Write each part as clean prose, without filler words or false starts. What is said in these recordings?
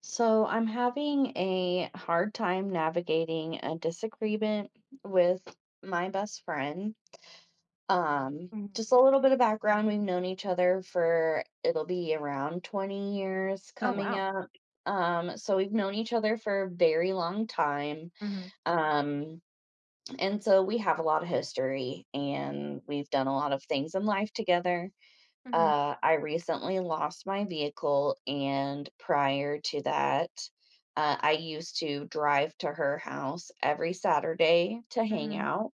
So I'm having a hard time navigating a disagreement with my best friend. Um, Mhm. just a little bit of background. We've known each other for it'll be around 20 years Oh, coming wow. up. So we've known each other for a very long time. Mhm. Um, and so we have a lot of history and we've done a lot of things in life together. Mhm. I recently lost my vehicle, and prior to that, I used to drive to her house every Saturday to hang Mhm. out.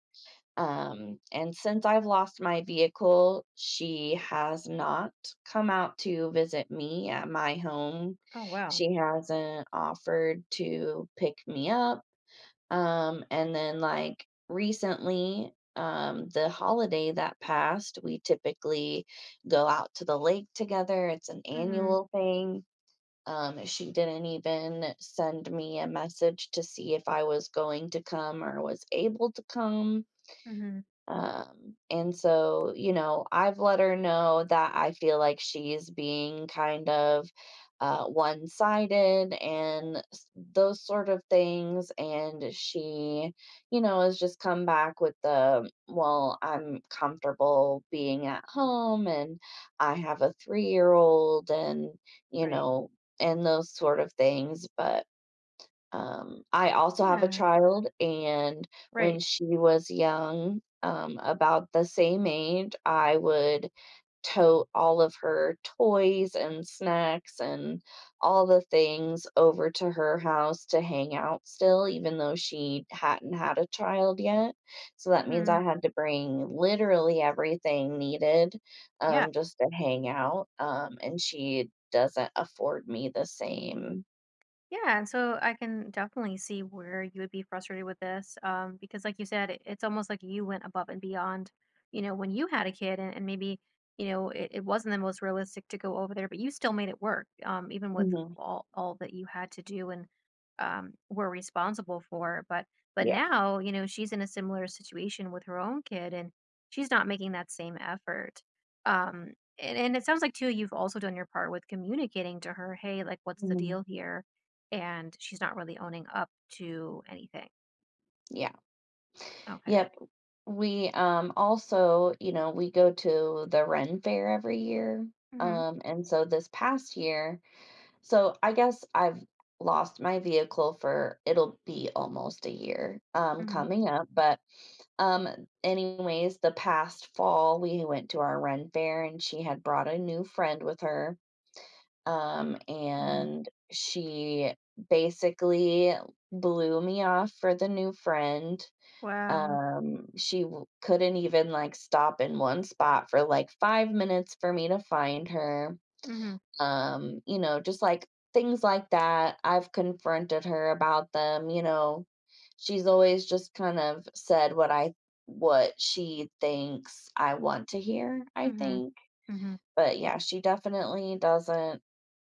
And since I've lost my vehicle, she has not come out to visit me at my home. Oh, wow. She hasn't offered to pick me up and then recently, the holiday that passed, we typically go out to the lake together. It's an Mhm. annual thing. She didn't even send me a message to see if I was going to come or was able to come. Mhm. And so, I've let her know that I feel like she's being kind of one sided and those sort of things. And she, you know, has just come back with the, well, I'm comfortable being at home and I have a 3 year old you Right. know, and those sort of things. But I also have a Yeah. child, and when Right. she was young, about the same age, I would tote all of her toys and snacks and all the things over to her house to hang out still, even though she hadn't had a child yet. So that means Mhm. I had to bring literally everything needed Yeah. Just to hang out. And she doesn't afford me the same. Yeah, and so I can definitely see where you would be frustrated with this, because like you said, it's almost like you went above and beyond, when you had a kid, and maybe it wasn't the most realistic to go over there, but you still made it work, even with Mhm. all that you had to do and were responsible for. But Yeah. now, she's in a similar situation with her own kid, and she's not making that same effort. Um, and it sounds like too, you've also done your part with communicating to her, hey, like, what's the Mhm. deal here? And she's not really owning up to anything. Yeah. Okay. Yep. We also, you know, we go to the Ren Fair every year. Mhm. And so this past year, so I guess I've lost my vehicle for it'll be almost a year Mhm. coming up, but um anyways, the past fall we went to our Ren Fair and she had brought a new friend with her. Um Mhm. and she basically blew me off for the new friend Wow. She w couldn't even, like, stop in one spot for, like, 5 minutes for me to find her. Mhm. You know, just, like, things like that. I've confronted her about them, you know. She's always just kind of said what she thinks I want to hear, I Mhm. think. Mhm. But, yeah, she definitely doesn't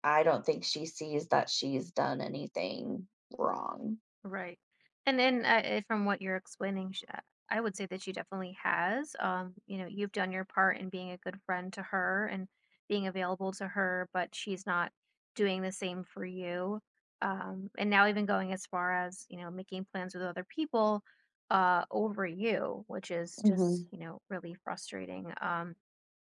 I don't think she sees that she's done anything wrong. Right. And then from what you're explaining, I would say that she definitely has. You've done your part in being a good friend to her and being available to her, but she's not doing the same for you. And now even going as far as, making plans with other people over you, which is just, Mhm. Really frustrating.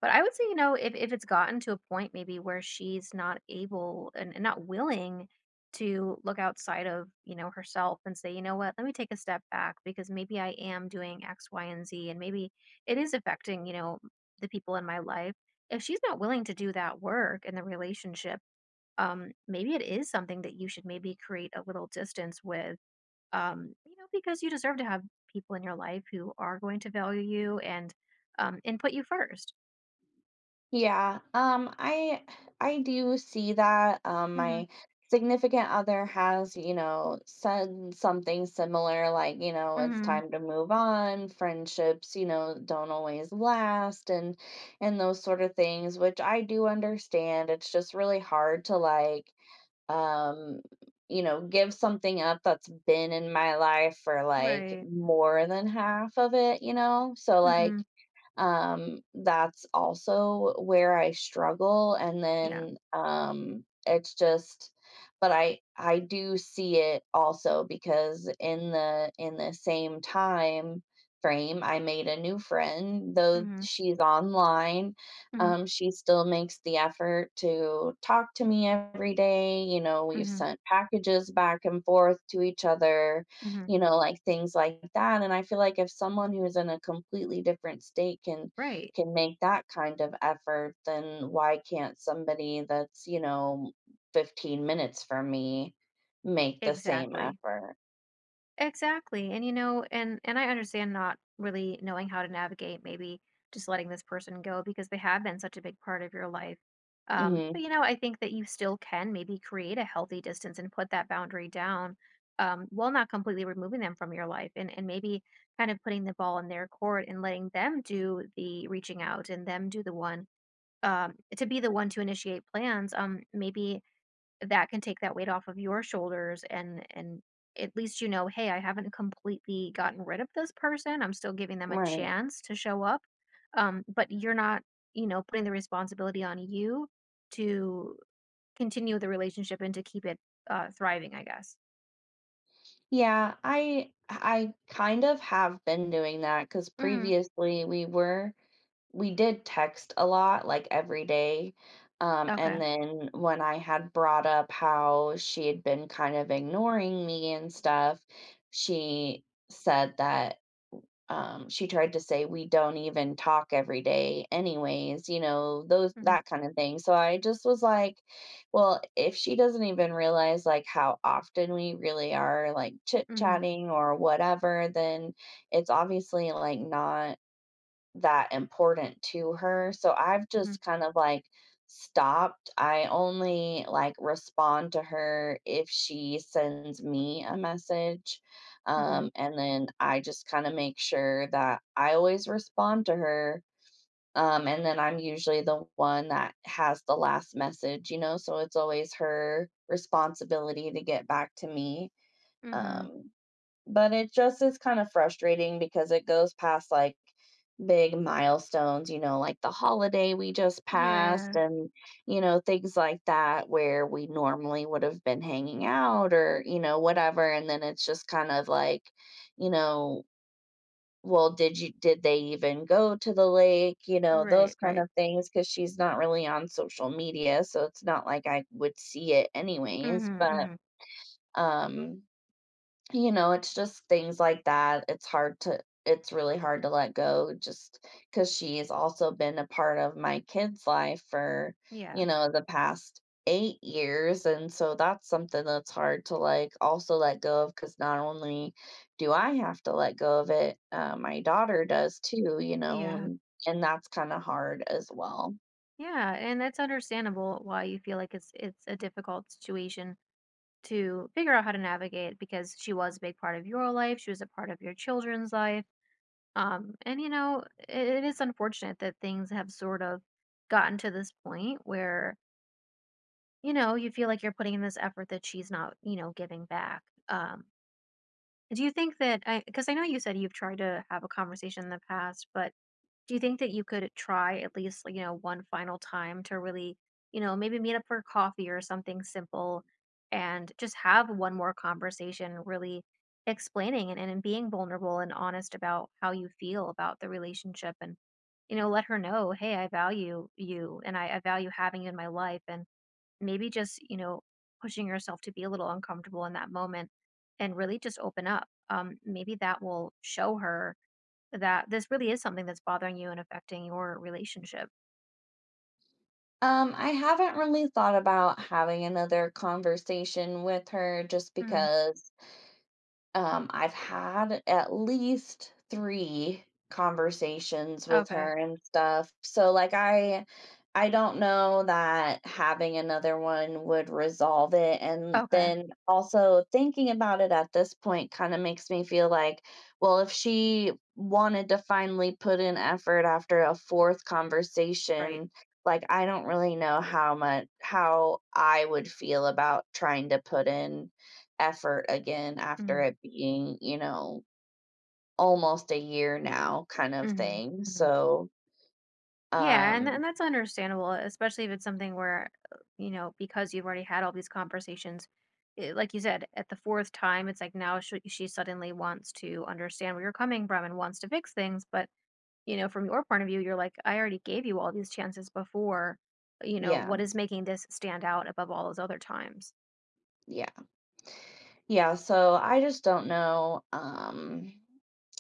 But I would say, if it's gotten to a point maybe where she's not able and not willing to look outside of, herself and say, "You know what? Let me take a step back because maybe I am doing X, Y, and Z, and maybe it is affecting, the people in my life." If she's not willing to do that work in the relationship, maybe it is something that you should maybe create a little distance with, because you deserve to have people in your life who are going to value you and put you first. Yeah, I do see that. Um, Mhm. my significant other has, you know, said something similar, like, you know, it's Mhm. time to move on. Friendships, you know, don't always last, and those sort of things, which I do understand. It's just really hard to um, you know, give something up that's been in my life for like Right. more than half of it, you know? So like Mhm. That's also where I struggle, and Yeah. then, it's just but I do see it also because in the same time frame, I made a new friend, though Mhm. she's online, Mhm. She still makes the effort to talk to me every day, you know, we've Mhm. sent packages back and forth to each other Mhm. you know, like things like that. And I feel like if someone who is in a completely different state Right. can make that kind of effort, then why can't somebody that's, you know, 15 minutes from me make the same Exactly. effort? Exactly. And I understand not really knowing how to navigate maybe just letting this person go because they have been such a big part of your life. Hmm But I think that you still can maybe create a healthy distance and put that boundary down while not completely removing them from your life and maybe kind of putting the ball in their court and letting them do the reaching out and them do the one to be the one to initiate plans. Maybe that can take that weight off of your shoulders and at least hey, I haven't completely gotten rid of this person. I'm still giving them a Right. chance to show up. But you're not, putting the responsibility on you to continue the relationship and to keep it thriving, I guess. Yeah, I kind of have been doing that because Mm, previously we were we did text a lot, like, every day, okay. and then when I had brought up how she had been kind of ignoring me and stuff, she said that, she tried to say, "We don't even talk every day anyways," you know, those Mm-hmm, that kind of thing, so I just was like, "Well, if she doesn't even realize, like, how often we really are, like, mm-hmm, chit-chatting or whatever, then it's obviously, like, not that important to her." So I've mm-hmm, just kind of like stopped. I only like respond to her if she sends me a message. mm-hmm, And then I just kind of make sure that I always respond to her. And then I'm usually the one that has the last message, you know, so it's always her responsibility to get back to me. mm-hmm. Um, but it just is kind of frustrating because it goes past like big milestones, you know, like the holiday we just passed Yeah. and, you know, things like that where we normally would have been hanging out or, you know, whatever. And then it's just kind of like, you know, well, did they even go to the lake? You know, those Right, kind right. of things. Cause she's not really on social media. So it's not like I would see it anyways. Mm-hmm, But, mm-hmm. um, you know, it's just things like that. It's hard to it's really hard to let go just because she's also been a part of my kid's life for, you Yeah, know, the past 8 years, and so that's something that's hard to, like, also let go of, because not only do I have to let go of it, my daughter yeah, does too, you know, yeah. And that's kinda hard as well. Yeah, and that's understandable why you feel like it's a difficult situation to figure out how to navigate because she was a big part of your life. She was a part of your children's life. And it is unfortunate that things have sort of gotten to this point where, you feel like you're putting in this effort that she's not, giving back. Um, do you think that I, because I know you said you've tried to have a conversation in the past, but do you think that you could try at least, like, one final time to really, maybe meet up for coffee or something simple and just have one more conversation, really explaining and being vulnerable and honest about how you feel about the relationship and, let her know, hey, I value you and I value having you in my life. And maybe just, pushing yourself to be a little uncomfortable in that moment and really just open up. Maybe that will show her that this really is something that's bothering you and affecting your relationship. I haven't really thought about having another conversation with her just Mhm. because I've had at least 3 conversations with Okay. her and stuff. So, like, I don't know that having another one would resolve it, and Okay. then also thinking about it at this point kinda makes me feel like, well, if she wanted to finally put in effort after a 4th Right. conversation, like, I don't really know how I would feel about trying to put in effort again after Mhm. it being, you know, almost a year now kind of Mhm. thing. Mhm. So, Yeah, and um, and that's understandable, especially if it's something where, because you've already had all these conversations, like you said, at the fourth time, it's like now she suddenly wants to understand where you're coming from and wants to fix things. But, from your point of view, you're like, I already gave you all these chances before. Yeah, What is making this stand out above all those other times? yeah. Yeah, so I just don't know,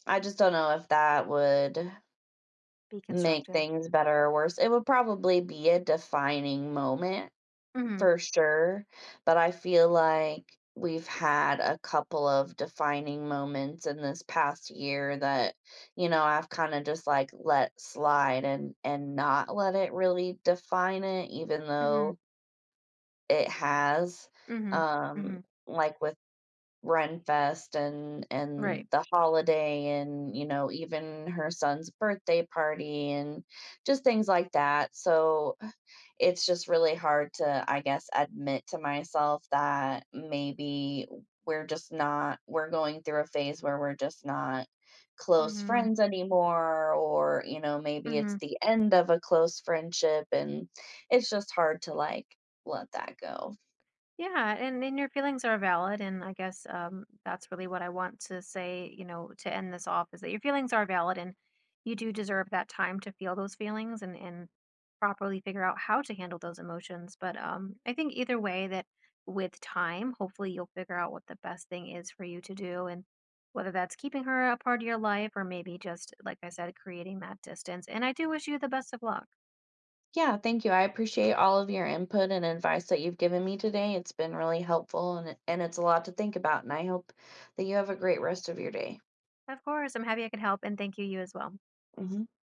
I just don't know if that would Be make constructive. things better or worse. It would probably be a defining moment Hmm. for sure, but I feel like we've had a couple of defining moments in this past year that, you know, I've kinda just, like, let slide and not let it really define it even Hmm. though it has, Mhm. um, Mhm. like, with Renfest Right. and the holiday and, you know, even her son's birthday party and just things like that, so it's just really hard to, I guess, admit to myself that maybe we're just not, we're going through a phase where we're just not close Mhm. friends anymore, or, you know, maybe it's Mhm. the end of a close friendship. And it's just hard to like let that go. Yeah, and your feelings are valid, and I guess that's really what I want to say. To end this off is that your feelings are valid, and you do deserve that time to feel those feelings and properly figure out how to handle those emotions. But I think either way that with time, hopefully you'll figure out what the best thing is for you to do, and whether that's keeping her a part of your life or maybe just like I said, creating that distance. And I do wish you the best of luck. Yeah, thank you. I appreciate all of your input and advice that you've given me today. It's been really helpful and it's a lot to think about. And I hope that you have a great rest of your day. Of course, I'm happy I could help, and thank you, you as well. Mhm.